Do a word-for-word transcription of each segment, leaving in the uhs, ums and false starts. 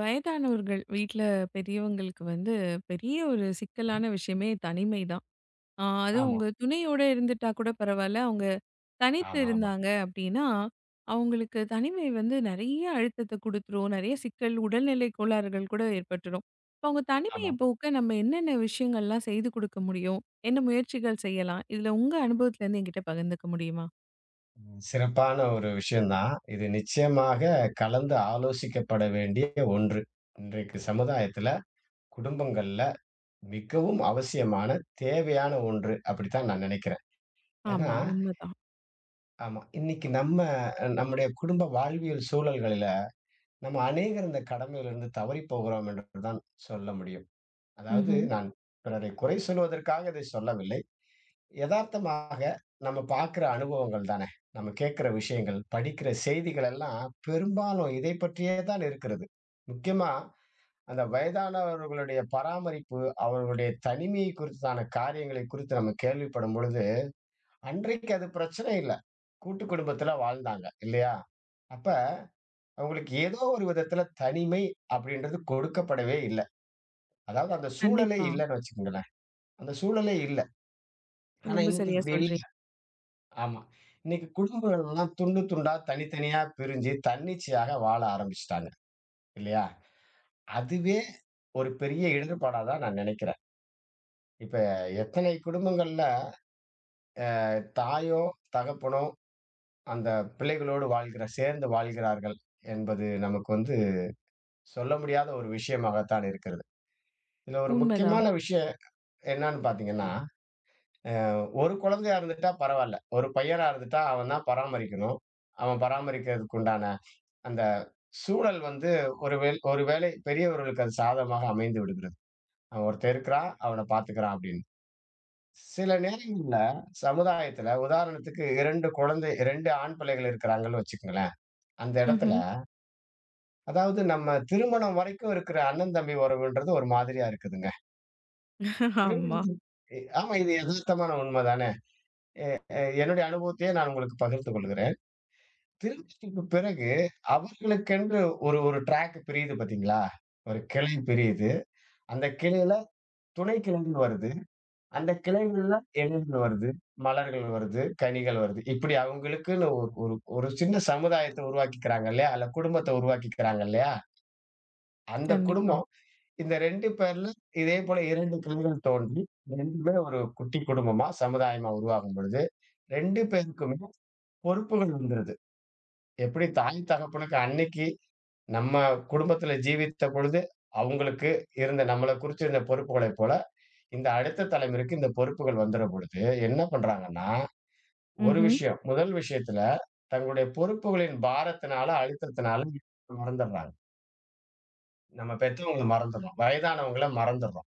வயதானவர்கள் வீட்ல பெரியவங்களுக்கு வந்து பெரிய ஒரு சிக்கலான விஷயமே தனிமை தான். ஆ அதுவும் ஆமா, உங்க துணையோட இருந்துட்டா கூட பரவால்ல. அவங்க தனித்து ஆமா, ஆமா, இருந்தாங்க அப்டின்னா, அவங்களுக்கு தனிமை வந்து நெறைய அழுத்தத்த குடுத்துரும். நெறைய சிக்கல், உடல்நிலை கோளாறுகள் கூட ஏற்பட்டுரும். இப்ப அவங்க தனிமைய ஆமா. போக்க நம்ம என்னென்ன விஷயங்கள்லாம் செய்து குடுக்க முடியும்? என்ன முயற்சிகள் செய்யலாம்? இதுல உங்க அனுபவத்துலருந்து என்கிட்ட பகிர்ந்துக்க முடியுமா? ம். சிறப்பான ஒரு விஷயம் தான். இது நிச்சயமாக கலந்து ஆலோசிக்கப்பட வேண்டிய ஒன்று. இன்றைக்கு சமுதாயத்துல, குடும்பங்கள்ல மிகவும் அவசியமான, தேவையான ஒன்று. அப்படித்தான் நான் நினைக்கிறேன். ஏன்னா, ஆமா, உண்மதான். ஆமா. இன்னைக்கு நம்ம அஹ், நம்முடைய குடும்ப வாழ்வியல் சூழல்களில, நம்ம அநேகர் இந்த கடமையிலிருந்து தவறிப் போகிறோம் என்று தான் சொல்ல முடியும். அதாவது ம்ஹ்ம். நான் பிறரை குறை சொல்வதற்காக இதை சொல்லவில்லை. எதார்த்தமாக நம்ம பார்க்கிற அனுபவங்கள் தானே. நம்ம கேட்கிற விஷயங்கள், படிக்கிற செய்திகள் எல்லாம் பெரும்பாலும் இதைப் பற்றியே தான் இருக்கிறது. முக்கியமா அந்த வயதானவர்களுடைய பராமரிப்பு, அவர்களுடைய தனிமை குறித்தான காரியங்களைக் குறித்து நம்ம கேள்விப்படும் பொழுது, அன்றைக்கு அது பிரச்சனை இல்ல. கூட்டு குடும்பத்துல வாழ்ந்தாங்க இல்லையா? அப்ப அவங்களுக்கு ஏதோ ஒரு விதத்துல தனிமை அப்படின்றது கொடுக்கப்படவே இல்ல. அதாவது அந்த சூழலே கண்டிப்பா. இல்லன்னு வச்சுக்கங்களேன். அந்த சூழலே இல்ல. ஆனா ரொம்ப இன்னைக்கு சரியா அப்படி இல்ல. சொல்றீங்க. ஆமா. இன்னைக்கு குடும்பங்கள்லாம் துண்டு துண்டா, தனித்தனியா பிரிஞ்சு தன்னிச்சையாக வாழ ஆரம்பிச்சுட்டாங்க. இல்லையா? அதுவே ஒரு பெரிய இடர்பாடா தான் நான் நினைக்கிறேன். இப்ப எத்தனை குடும்பங்கள்ல தாயோ, தகப்பனோ அந்த பிள்ளைகளோடு வாழ்கிற சேர்ந்து வாழ்கிறார்கள் என்பது நமக்கு வந்து சொல்ல முடியாத ஒரு விஷயமாகத்தான் இருக்கிறது. இதுல ஒரு உண்மதான். முக்கியமான விஷயம் என்னன்னு பார்த்தீங்கன்னா, ஒரு குழந்தையா இருந்துட்டா பரவால்ல. ஒரு பையனா இருந்துட்டா அவன் தான் பராமரிக்கணும். அவன் பராமரிக்கிறதுக்கு உண்டான அந்த சூழல் வந்து ஒரு வேல் ஒரு வேளை பெரியவர்களுக்கு அது சாதகமாக அமைந்து விடுகிறது. அவன் ஒருத்தன் இருக்கிறான், அவன பார்த்துக்கிறான் அப்படின்னு. சில நேரங்கள்ல சமுதாயத்துல உதாரணத்துக்கு இரண்டு குழந்தை இரண்டு ஆண் பிள்ளைகள் இருக்கிறாங்கன்னு வச்சுக்கங்களேன். அந்த இடத்துல ம்ஹ்ம். அதாவது நம்ம திருமணம் வரைக்கும் இருக்கிற அண்ணன் தம்பி உறவுன்றது ஒரு மாதிரியா இருக்குதுங்க. ஆமா. திருமணத்திற்கு எ ஆமா இது எதார்த்தமான உண்ம தானே. அ என்னுடைய அனுபவத்தையே நான் உங்களுக்கு பகிர்ந்து கொள்கிறேன். திருமணத்திற்கு பிறகு அவர்களுக்கென்று ஒரு ஒரு ட்ராக் பிரியுது பார்த்தீங்களா? ஒரு கிளை பிரியுது. அந்த கிளையில துணை கிளைகள் வருது. அந்த கிளைகள்ல இலைகள் வருது, மலர்கள் வருது, கனிகள் வருது. இப்படி அவங்களுக்குன்னு ஒரு ஒரு ஒரு சின்ன சமுதாயத்த உருவாக்கிக்கிறாங்க இல்லையா? அல்ல குடும்பத்த உருவாக்கிக்கிறாங்க இல்லையா? அந்த கண்டிப்பா. குடும்பம் இந்த ரெண்டு பேர்ல இதே போல ரெண்டு கிளைகள் தோன்றி ரெண்டுமே ஒரு குட்டி குடும்பமா, சமுதாயமா உருவாகும் பொழுது, ரெண்டு பேருக்குமே பொறுப்புகள் வந்துருது. எப்படி தாய் தகப்பனுக்கு அன்னைக்கு நம்ம குடும்பத்துல ஜீவித்த பொழுது, அவங்களுக்கு இருந்த நம்மள குறிச்சிருந்த பொறுப்புகளைப் போல இந்த அடுத்த தலைமுறைக்கு இந்த பொறுப்புகள் வந்துற பொழுது, என்ன பண்றாங்கன்னா, ஒரு ம்ஹ்ம். விஷயம், முதல் விஷயத்துல தங்களுடைய பொறுப்புகளின் பாரத்தினால, அழுத்தத்தினால மறந்துடுறாங்க. நம்ம பெத்தவங்கள மறந்துடுறோம். வயதானவங்கள மறந்துடுறோம்.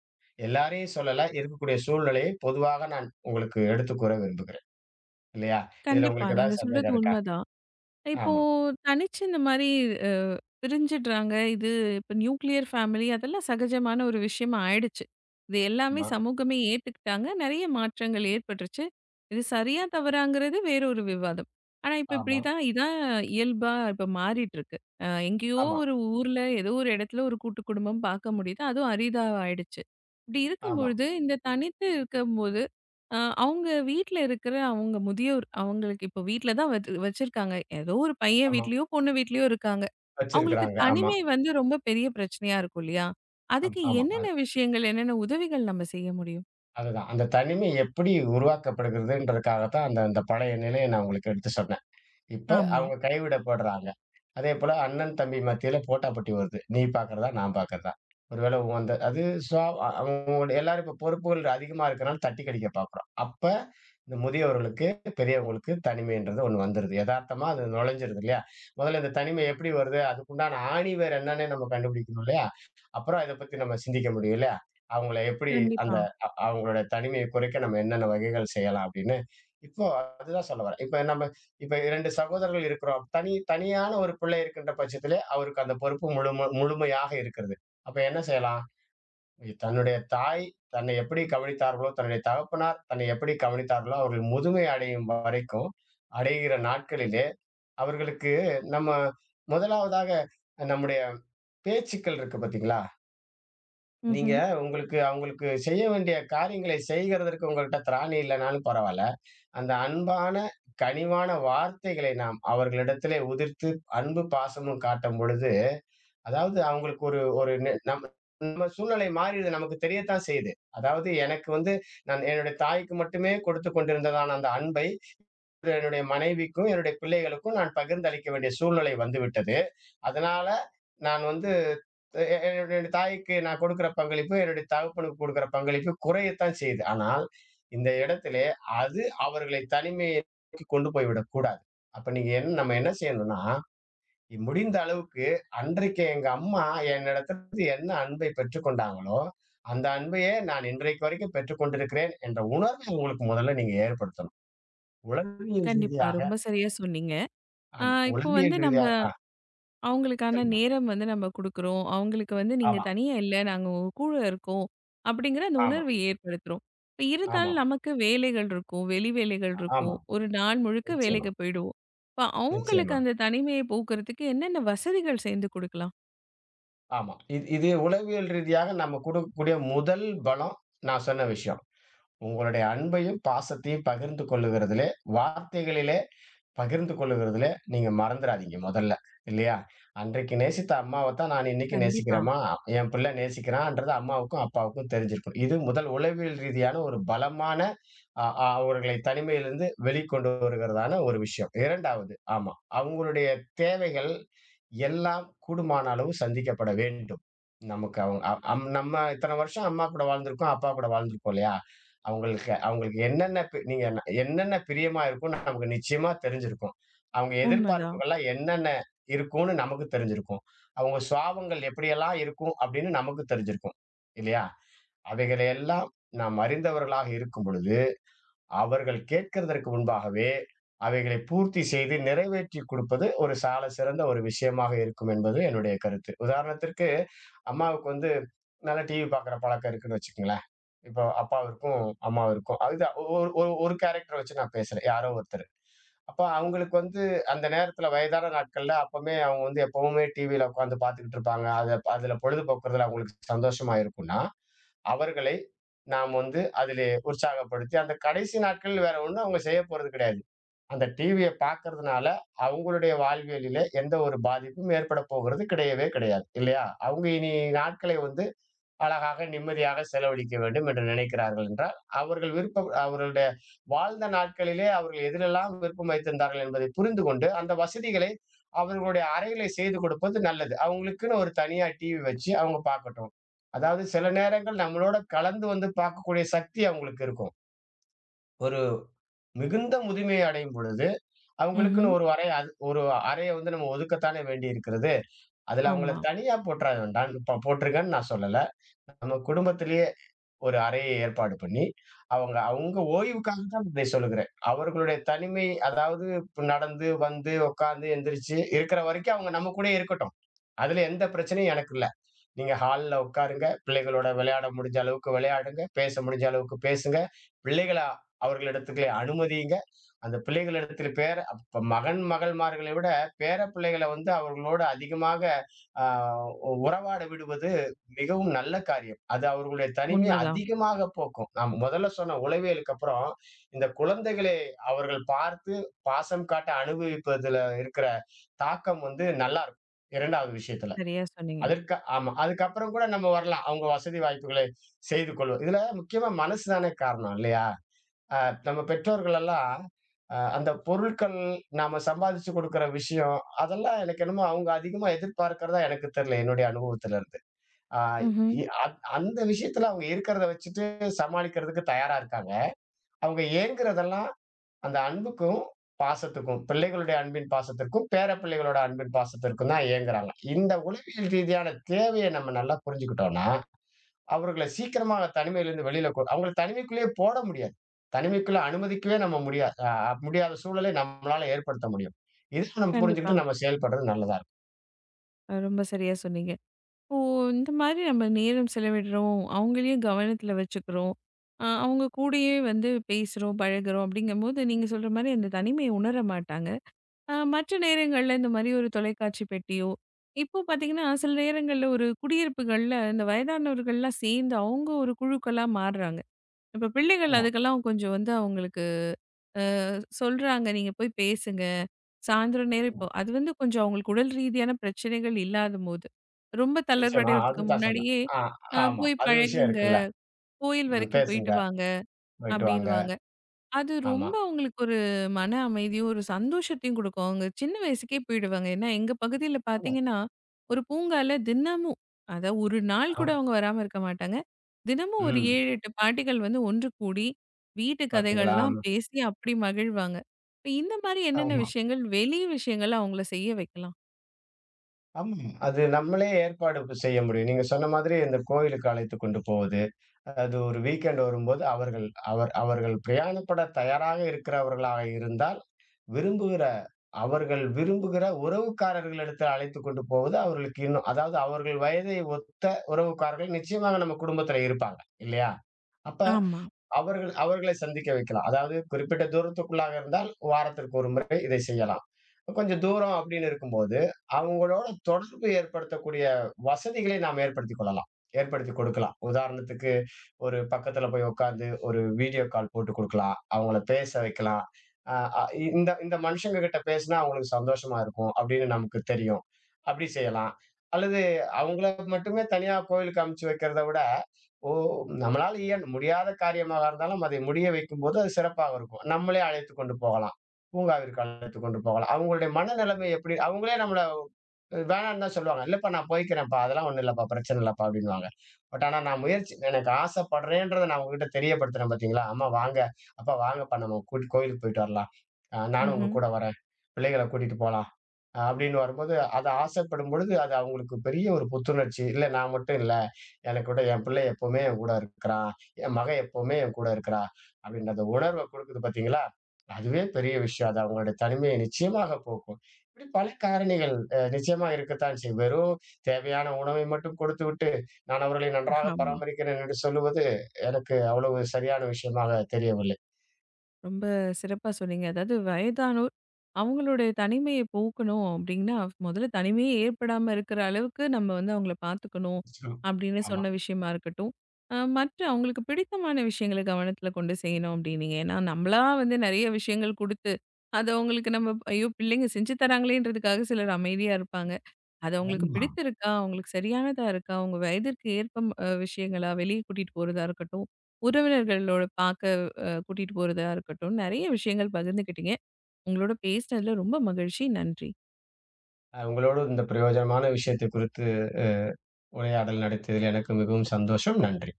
எல்லாரையும் சொல்லல, இருக்கக்கூடிய சூழ்நிலையை பொதுவாக நான் உங்களுக்கு எடுத்துக் கூற விரும்புகிறேன். இல்லையா? இதுல கண்டிப்பா. உங்களுக்கு நீங்க ஏதாவது சொல்றது சந்தேகம் இருக்கா? உண்மதான். இப்போ ஆமா, தனிச்சு இந்த மாரி அ பிரிஞ்சிடுறாங்க. இது இப்ப நியூக்ளியர் ஃபேமிலி அதெல்லாம் சகஜமான ஒரு விஷயமா ஆயிடுச்சு. இது எல்லாமே ஆமா, சமூகமே ஏத்துக்கிட்டாங்க. நெறைய மாற்றங்கள் ஏற்பட்டுருச்சு. இது சரியா தவறாங்கிறது வேற ஒரு விவாதம். ஆனா, இப்ப ஆமா, இப்படிதான் இதான் இயல்பா இப்ப மாறிட்டுருக்கு. அ எங்கேயோ ஆமா, ஒரு ஊர்ல ஏதோ ஒரு இடத்துல ஒரு கூட்டு குடும்பம் பார்க்க முடியுது. அதுவும் அரிதா ஆயிடுச்சு. இப்படி ஆமா, இருக்கும்பொழுது இந்த தனித்து இருக்கும்போது அ அவங்க வீட்ல இருக்கிற அவங்க முதியோர் அவங்களுக்கு இப்போ வீட்ல தான் வச் வச்சிருக்காங்க. ஏதோ ஒரு பையன் ஆமா. வீட்லயோ, பொண்ணு வீட்லயோ இருக்காங்க. அவங்களுக்கு வச்சிருக்கிறாங்க. ஆமா, தனிமை வந்து ரொம்ப பெரிய பிரச்சனையா இருக்கும் இல்லையா? ஆமா, அதுக்கு ஆமா. என்னென்ன அது விஷயங்கள், என்னென்ன உதவிகள் நம்ம செய்ய முடியும்? அதுதான். அந்த தனிமை எப்படி உருவாக்கப்படுகிறதுன்றதுக்காக தான் அந்த அந்த பழைய நிலைய நான் உங்களுக்கு எடுத்து சொன்னேன். இப்ப ஆமா. அவங்க கைவிடப்படுறாங்க. அதேபோல அண்ணன், தம்பி மத்தியில போட்டாபோட்டி வருது. நீ பார்க்கிறதா, நான் பார்க்கிறதா. ஒருவேளை உந்த அது சுவா அ- அவங்களோட எல்லாரும் இப்ப பொறுப்புகள் அதிகமா இருக்கனால தட்டி கழிக்க பார்க்கிறோம். அப்ப இந்த முதியவர்களுக்கு, பெரியவங்களுக்கு தனிமைன்றது ஒண்ணு வந்துருது. எதார்த்தமா அது நுழைஞ்சிருது இல்லையா? முதல்ல இந்த தனிமை எப்படி வருது? அதுக்குண்டான ஆணி வேர் என்னன்னே நம்ம கண்டுபிடிக்கணும் இல்லையா? அப்புறம் இத பத்தி நம்ம சிந்திக்க முடியும் இல்லையா? அவங்கள எப்படி அந்த கண்டிப்பா. அ அவங்களோட தனிமையை குறைக்க நம்ம என்னென்ன வகைகள் செய்யலாம் அப்படின்னு. இப்போ அதுதான் சொல்ல வரேன். இப்ப நம்ம இப்ப இரண்டு சகோதரர்கள் இருக்கிறோம். தனி தனியான ஒரு பிள்ளை இருக்கின்ற பட்சத்திலே, அவருக்கு அந்த பொறுப்பு முழும முழுமையாக இருக்கிறது. அப்ப என்ன செய்யலாம்? தன்னுடைய தாய் தன்னை எப்படி கவனித்தார்களோ, தன்னுடைய தகப்பனார் தன்னை எப்படி கவனித்தார்களோ, அவர்கள் முதுமை அடையும் வரைக்கும், அடைகிற நாட்களிலே, அவர்களுக்கு நம்ம முதலாவதாக நம்முடைய பேச்சுக்கள் இருக்கு பார்த்தீங்களா? நீங்க ம்ஹ்ம். உங்களுக்கு அவங்களுக்கு செய்ய வேண்டிய காரியங்களை செய்கிறதற்கு உங்கள்ட்ட திராணி இல்லனாலும் பரவால்ல. அந்த அன்பான, கனிவான வார்த்தைகளை நாம் அவர்களிடத்திலே உதிர்த்து அன்பு, பாசமும் காட்டும் பொழுது, அதாவது அவங்களுக்கு ஒரு ஒரு நெ நம்ம நம்ம சூழ்நிலை மாறியது நமக்கு தெரியத்தான் செய்யுது. அதாவது எனக்கு வந்து நான் என்னுடைய தாய்க்கு மட்டுமே கொடுத்துக் கொண்டிருந்ததான அந்த அன்பை, என்னுடைய மனைவிக்கும், என்னுடைய பிள்ளைகளுக்கும் நான் பகிர்ந்தளிக்க வேண்டிய சூழ்நிலை வந்துவிட்டது. அதனால நான் வந்து எ எ என்னுடைய தாய்க்கு நான் கொடுக்கிற பங்களிப்பு, என்னுடைய தகப்பனுக்கு கொடுக்கிற பங்களிப்பு குறையத்தான் செய்யுது. ஆனால், இந்த இடத்திலே அது அவர்களை தனிமையை நோக்கி கொண்டு போய்விடக் கூடாது. அப்ப நீங்க என் நம்ம என்ன செய்யணும்னா, இ- முடிந்த அளவுக்கு அன்றைக்கு எங்க அம்மா என்னிடத்துல இருந்து என்ன அன்பை பெற்றுக்கொண்டாங்களோ, அந்த அன்பையே நான் இன்றைக்கு வரைக்கும் பெற்றுக்கொண்டிருக்கிறேன் என்ற உணர்வை உங்களுக்கு முதல்ல நீங்க ஏற்படுத்தணும். உளவியல் கண்டிப்பா. ரீதியாக ரொம்ப சரியா சொன்னீங்க. அ ஆமா. இப்போ உளவியல் வந்து நம்ம ரீதியாக ஆ அவங்களுக்கான சொல்லுங்க. நேரம் வந்து நம்ம குடுக்குறோம். அவங்களுக்கு வந்து "நீங்க ஆமா, தனியா இல்ல. நாங்க உங்க கூட இருக்கோம்." அப்படிங்கிற அந்த ஆமா, உணர்வை ஏற்படுத்துறோம். இப்ப ஆமா, இருந்தாலும் நமக்கு வேலைகள் இருக்கும். வெளி வேலைகள் ஆமா. இருக்கும். ஒரு நாள் முழுக்க நிச்சயமா, வேலைக்கு போயிடுவோம். இப்ப அவங்களுக்கு நிச்சயமா. அந்த தனிமையை போக்குறதுக்கு என்னென்ன வசதிகள் சேர்ந்து குடுக்கலாம்? ஆமா. இது இது உளவியல் ரீதியாக நம்ம குடுக்கக்கூடிய முதல் பலம், நான் சொன்ன விஷயம். உங்களுடைய அன்பையும், பாசத்தையும் பகிர்ந்து கொள்ளுகிறதிலே, வார்த்தைகளிலே பகிர்ந்து கொள்ளுகிறதுல நீங்க மறந்துராதீங்க முதல்ல. இல்லையா? அன்றைக்கு நேசித்த அம்மாவ தான் நான் இன்னைக்கு கண்டிப்பா. நேசிக்கிறேமா, என் பிள்ளை நேசிக்கிறான்ன்றது அம்மாவுக்கும், அப்பாவுக்கும் தெரிஞ்சிருக்கும். இது முதல் உளவியல் ரீதியான ஒரு பலமான அ அ அவர்களை தனிமையிலிருந்து வெளிக்கொண்டு வருகிறதான ஒரு விஷயம். ரெண்டாவது ஆமா. அவங்களுடைய தேவைகள் எல்லாம் கூடுமான அளவு சந்திக்கப்பட வேண்டும். நமக்கு அவங்க அ அம் நம்ம இத்தன வருஷம் அம்மா கூட வாழ்ந்திருக்கோம், அப்பா கூட வாழ்ந்திருக்கோம் இல்லையா? அவங்களுக்கு அவங்களுக்கு என்னென்ன பி நீங்க என்ன என்னென்ன பிரியமா இருக்கும்னு நமக்கு நிச்சயமா தெரிஞ்சிருக்கும். அவங்க உண்மதான். எதிர்பார்ப்புகள்லாம் என்னென்ன இருக்கும்னு நமக்கு தெரிஞ்சிருக்கும். அவங்க சுபாவங்கள் எப்படியெல்லாம் இருக்கும் அப்படின்னு நமக்கு தெரிஞ்சிருக்கும். இல்லையா? அவைகளை எல்லாம் நாம் அறிந்தவர்களாக இருக்கும் பொழுது அவர்கள் கேட்கிறதற்கு முன்பாகவே அவைகளை பூர்த்தி செய்து நிறைவேற்றி கொடுப்பது ஒரு சால சிறந்த ஒரு விஷயமாக இருக்கும் என்பது என்னுடைய கருத்து. உதாரணத்திற்கு, அம்மாவுக்கு வந்து நல்லா டிவி பார்க்குற பழக்கம் இருக்குன்னு வச்சுக்கங்களேன். இப்போ அப்பாவிற்கும், அம்மாவிற்கும் அதுதான் ஒ ஒரு ஒரு ஒரு கேரக்டர வச்சு நான் பேசுறேன். யாரோ ஒருத்தரு. அப்ப அவங்களுக்கு வந்து அந்த நேரத்தில வயதான நாட்கள்ல அப்பவுமே அவங்க வந்து எப்பவுமே டிவியில உட்காந்து பார்த்துக்கிட்டு இருப்பாங்க. அத அதுல பொழுதுபோக்குறதுல அவங்களுக்கு சந்தோஷமா இருக்கும்னா, அவர்களை நாம் வந்து அதிலே உற்சாகப்படுத்தி, அந்த கடைசி நாட்கள் வேற ஒண்ணும் அவங்க செய்ய போறது கிடையாது. அந்த டிவிய பார்க்கறதுனால அவங்களுடைய வாழ்வியலிலே எந்த ஒரு பாதிப்பும் ஏற்பட போகிறது கிடையவே கிடையாது. இல்லையா? அவங்க இனி நாட்களை வந்து அழகாக நிம்மதியாக செலவழிக்க வேண்டும் என்று நினைக்கிறார்கள் என்றால், அவர்கள் விருப்பம் அவர்களுடைய வாழ்ந்த நாட்களிலே அவர்கள் எதிலெல்லாம் விருப்பம் வைத்திருந்தார்கள் என்பதை புரிந்து கொண்டு, அந்த வசதிகளை அவர்களுடைய அறையிலே செய்து கொடுப்பது நல்லது. அவங்களுக்குன்னு ஒரு தனியா டிவி வச்சு அவங்க பார்க்கட்டும். அதாவது சில நேரங்கள் நம்மளோட கலந்து வந்து பார்க்கக்கூடிய சக்தி அவங்களுக்கு இருக்கும். ஒரு மிகுந்த முதுமையை அடையும் பொழுது, ம்ஹ்ம். அவங்களுக்குன்னு ஒரு அறை அது ஒரு அறைய வந்து நம்ம ஒதுக்கத்தானே வேண்டி இருக்கிறது. அதுல அவங்கள ஆமா. தனியா போட்ற வேண்டாம் ப போட்ருங்கன்னு நான் சொல்லல. நம்ம குடும்பத்திலே ஒரு அறையை ஏற்பாடு பண்ணி, அவங்க அவங்க ஓய்வுக்காக தான் இதை சொல்லுகிறேன். அவர்களுடைய தனிமை அதாவது இப்ப நடந்து, வந்து, உட்கார்ந்து, எந்திரிச்சு இருக்கிற வரைக்கும் அவங்க நம்ம கூடயே இருக்கட்டும். அதுல எந்த பிரச்சனையும் எனக்கு இல்ல. நீங்க ஹால்ல உட்காருங்க. பிள்ளைகளோட விளையாட முடிஞ்ச அளவுக்கு விளையாடுங்க. பேச முடிஞ்ச அளவுக்கு பேசுங்க. பிள்ளைகள அவர்களிடத்துக்கு அனுமதியுங்க. அந்த பிள்ளைகளிடத்தில் பேர அப்ப மகன், மகள்மார்களை விட பேர பிள்ளைகள வந்து அவர்களோடு அதிகமாக ஆ உறவாட விடுவது மிகவும் நல்ல காரியம். அது அவர்களுடைய தனிமையை உண்மதான். அதிகமாக போக்கும். நான் முதல்ல சொன்ன உளவியலுக்கு அப்புறம், இந்த குழந்தைகளை அவர்கள் பார்த்து பாசம் காட்ட அனுபவிப்பதில இருக்கிற தாக்கம் வந்து நல்லா இருக்கும். ரெண்டாவது விஷயத்துல. சரியா சொன்னீங்க. அதற்கு ஆமா. அதுக்கப்புறம் கூட நம்ம வரலாம். அவங்க வசதி வாய்ப்புகளை செய்து கொள்வது. இதுல முக்கியமா மனசு தானே காரணம் இல்லையா? அ நம்ம பெற்றோர்கள் எல்லாம் அ அந்த பொருட்கள் நாம சம்பாதிச்சு குடுக்குற விஷயம், அதெல்லாம் எனக்கு என்னமோ அவங்க அதிகமா எதிர்பார்க்கிறதா எனக்கு தெரியல என்னுடைய அனுபவத்தில இருந்து. ஆ ம்ஹ்ம். இ அந் அந்த விஷயத்துல அவங்க இருக்கிறத வச்சுட்டு சமாளிக்கிறதுக்கு தயாரா இருக்காங்க. அவங்க ஏங்குறதெல்லாம் அந்த அன்புக்கும், பாசத்துக்கும், பிள்ளைகளுடைய அன்பின் பாசத்திற்கும், பேரப்பிள்ளைகளோட அன்பின் பாசத்திற்கும் தான் ஏங்குறாங்க. இந்த உளவியல் ரீதியான தேவைய நம்ம நல்லா புரிஞ்சுக்கிட்டோம்னா, அவர்கள சீக்கிரமா தனிமையிலிருந்து வெளியில கொ அவங்கள தனிமைக்குள்ளேயே போட முடியாது. தனிமைக்குள்ள அனுமதிக்கவே நம்ம முடியாது. அ முடியாத சூழலை நம்மளால ஏற்படுத்த முடியும். இது நம்ம கண்டிப்பா. புரிஞ்சுக்கிட்டு நம்ம செயல்படுறது நல்லதா இருக்கும். அ ரொம்ப சரியா சொன்னீங்க. ஓ! இந்த மாதிரி நம்ம நேரம் செலவிடுறோம். அவங்களையும் கவனத்துல வச்சுக்கிறோம். அ அவங்க கூடயே வந்து பேசுறோம், பழகுறோம் அப்படிங்கும்போது நீங்க சொல்ற மாரி அந்த தனிமைய உணர மாட்டாங்க. அ மற்ற நேரங்கள்ல இந்த மாரி ஒரு தொலைக்காட்சி பெட்டியோ, இப்போ பார்த்தீங்கன்னா, சில நேரங்கள்ல ஒரு குடியிருப்புகள்ல இந்த வயதானவர்கள்லாம் சேர்ந்து அவங்க ஒரு குழுக்களா மாறுறாங்க. இப்ப பிள்ளைகள் ஆமா. அதுக்கெல்லாம் கொஞ்சம் வந்து அவங்களுக்கு அஹ் சொல்றாங்க நீங்க போய் பேசுங்க. சாயந்தரம் நேரம் இப்போ அது வந்து கொஞ்சம் அவங்களுக்கு உடல் ரீதியான பிரச்சனைகள் இல்லாதபோது, ரொம்ப நிச்சயமா. தளர்வடையறதுக்கு அதுதான் சொல்ல. முன்னாடியே, ஆ அ ஆமா. போய் அது விஷயம் பழகுங்க. இருக்குல்ல. கோயில் ம். வரைக்கும் போயிட்டு பேசுங்க. வாங்க, போயிட்டு வாங்க. அப்படின்னுவாங்க. அது ஆமா. ரொம்ப அவங்களுக்கு ஒரு மன அமைதியும், ஒரு சந்தோஷத்தையும் குடுக்கும். அவங்க சின்ன வயசுக்கே போயிடுவாங்க. ஏன்னா எங்க பகுதியில ஆமா. பார்த்தீங்கன்னா, ஒரு பூங்கால தினமும் அதாவது ஒரு நாள் ஆ. கூட அவங்க வராம இருக்க மாட்டாங்க. தினமும் ஒரு ம். ஏழு, எட்டு பாட்டிகள் வந்து ஒன்று கூடி, வீட்டு பாத்தீங்களா? கதைகள்லாம் ஆமா. பேசி அப்படி மகிழ்வாங்க. இப்ப இந்த மாரி என்னென்ன ஆமா. விஷயங்கள், வெளி விஷயங்கள் அவங்கள செய்ய வைக்கலாம்? ஆமா. அது நம்மளே ஏற்பாடு இப்ப செய்ய முடியும். நீங்க சொன்ன மாதிரி இந்த கோயிலுக்கு அழைத்து கொண்டு போவது. அது ஒரு வீக்கெண்ட் வரும்போது அவர்கள் அவர் அவர்கள் பிரயாணப்பட தயாராக இருக்கிறவர்களாக இருந்தால், விரும்புகிற அவர்கள் விரும்புகிற உறவுக்காரர்களிடத்தில் அழைத்துக் கொண்டு போவது அவர்களுக்கு இன்னும் அதாவது அவர்கள் வயதை ஒத்த உறவுக்காரர்கள் நிச்சயமாக நம்ம குடும்பத்தில இருப்பாங்க. இல்லையா? அப்ப ஆமா. அவர்கள் அவர்களை சந்திக்க வைக்கலாம். அதாவது குறிப்பிட்ட தூரத்துக்குள்ளாக இருந்தால், வாரத்திற்கு ஒரு முறை இதை செய்யலாம். கொஞ்சம் தூரம் அப்படின்னு இருக்கும்போது, அவங்களோட தொடர்பு ஏற்படுத்தக்கூடிய வசதிகளை நாம் ஏற்படுத்திக் கொள்ளலாம். ஏற்படுத்திக் கொடுக்கலாம். உதாரணத்துக்கு, ஒரு பக்கத்துல போய் உட்கார்ந்து ஒரு வீடியோ கால் போட்டு குடுக்கலாம். அவங்கள பேச வைக்கலாம். அ அ இந்த இந்த மனுஷங்க கிட்ட பேசினா அவங்களுக்கு சந்தோஷமா இருக்கும் அப்படின்னு நமக்கு தெரியும். அப்படி செய்யலாம். அல்லது அவங்கள மட்டுமே தனியா கோயிலுக்கு அனுப்பிச்சு வைக்கிறத விட, நம்மளால இயல் முடியாத காரியமாக இருந்தாலும் அதை முடிய வைக்கும்போது அது சிறப்பாக இருக்கும். நம்மளே அழைத்துக் கொண்டு போகலாம். பூங்காவிற்கு அழைத்துக் கொண்டு போகலாம். அவங்களுடைய மனநிலைமை எப்படி அவங்களே நம்மள வேணான்னு தான் சொல்லுவாங்க. "இல்லப்பா நான் போய்க்கிறேன்ப்பா. அதெல்லாம் ஒண்ணும் இல்லப்பா. பிரச்சனை இல்லப்பா" அப்படின்னுவாங்க. பட் ஆனா நான் முயற்சி எனக்கு ஆசைப்படுறேன்றத நான் உங்ககிட்ட தெரியப்படுத்துறேன் பார்த்தீங்களா? "அம்மா வாங்க, அப்பா வாங்கப்பா நம்ம கூட் கோயிலுக்கு போயிட்டு வரலாம். அ நானும் உங்க ம்ஹ்ம். கூட வரேன். பிள்ளைகள கூட்டிட்டு போலாம்." அ அப்படின்னு வரும்போது, அது ஆசைப்படும் பொழுது அது அவங்களுக்கு பெரிய ஒரு புத்துணர்ச்சி. இல்ல நான் மட்டும் இல்ல. எனக்கு கூட என் பிள்ளை எப்பவுமே என் கூட இருக்கிறான். என் மகன் எப்பவுமே என் கூட இருக்கிறா. அப்படின்ற அந்த உணர்வ குடுக்குது பார்த்தீங்களா? அதுவே பெரிய விஷயம். அது அவங்களுடைய தனிமையை நிச்சயமாக போக்கும். இப்படி பல காரணிகள் அ நிச்சயமா இருக்கத்தான் செய்யும். வெறும் தேவையான உணவை மட்டும் கொடுத்துவிட்டு, நான் அவர்களை நன்றாக ஆமா. பராமரிக்கிறேன் என்று சொல்லுவது, எனக்கு அவ்வளவு சரியான விஷயமாக தெரியவில்லை. ரொம்ப சிறப்பா சொன்னீங்க. அதாவது வயதானோர், அவங்களுடைய தனிமைய போக்கணும் அப்டின்னா, முதல்ல தனிமையே ஏற்படாம இருக்கிற அளவுக்கு நம்ம வந்து அவங்கள பார்த்துக்கணும், நிச்சயம். அப்படின்னு ஆமா. சொன்ன விஷயமா இருக்கட்டும். அ மற்ற அவங்களுக்கு பிடித்தமான விஷயங்கள கவனத்துல கொண்டு செய்யணும் அப்டின்னீங்க. ஏன்னா, நம்மளா வந்து நெறைய விஷயங்கள் குடுத்து, அத அவங்களுக்கு நம்ம ஐயோ! பிள்ளைங்க செஞ்சு தராங்களேன்றதுக்காக சிலர் அமைதியா இருப்பாங்க. அது அவங்களுக்கு ஆமா. பிடித்திருக்கா? அவங்களுக்கு சரியானதா இருக்கா? உங்க வயதிற்கு ஏற்ப ம் அ விஷயங்களா? வெளிய கூட்டிட்டு போறதா இருக்கட்டும், உறவினர்களோட பாக்க அ கூட்டிட்டு போறதா இருக்கட்டும், நெறைய விஷயங்கள் பகிர்ந்துக்கிட்டீங்க. உங்களோட பேசினதுல ரொம்ப மகிழ்ச்சி. நன்றி. அ உங்களோடு இந்த பிரயோஜனமான விஷயத்தை குறித்து உரையாடல் நடத்தியதில் எனக்கு மிகவும் சந்தோஷம். நன்றி.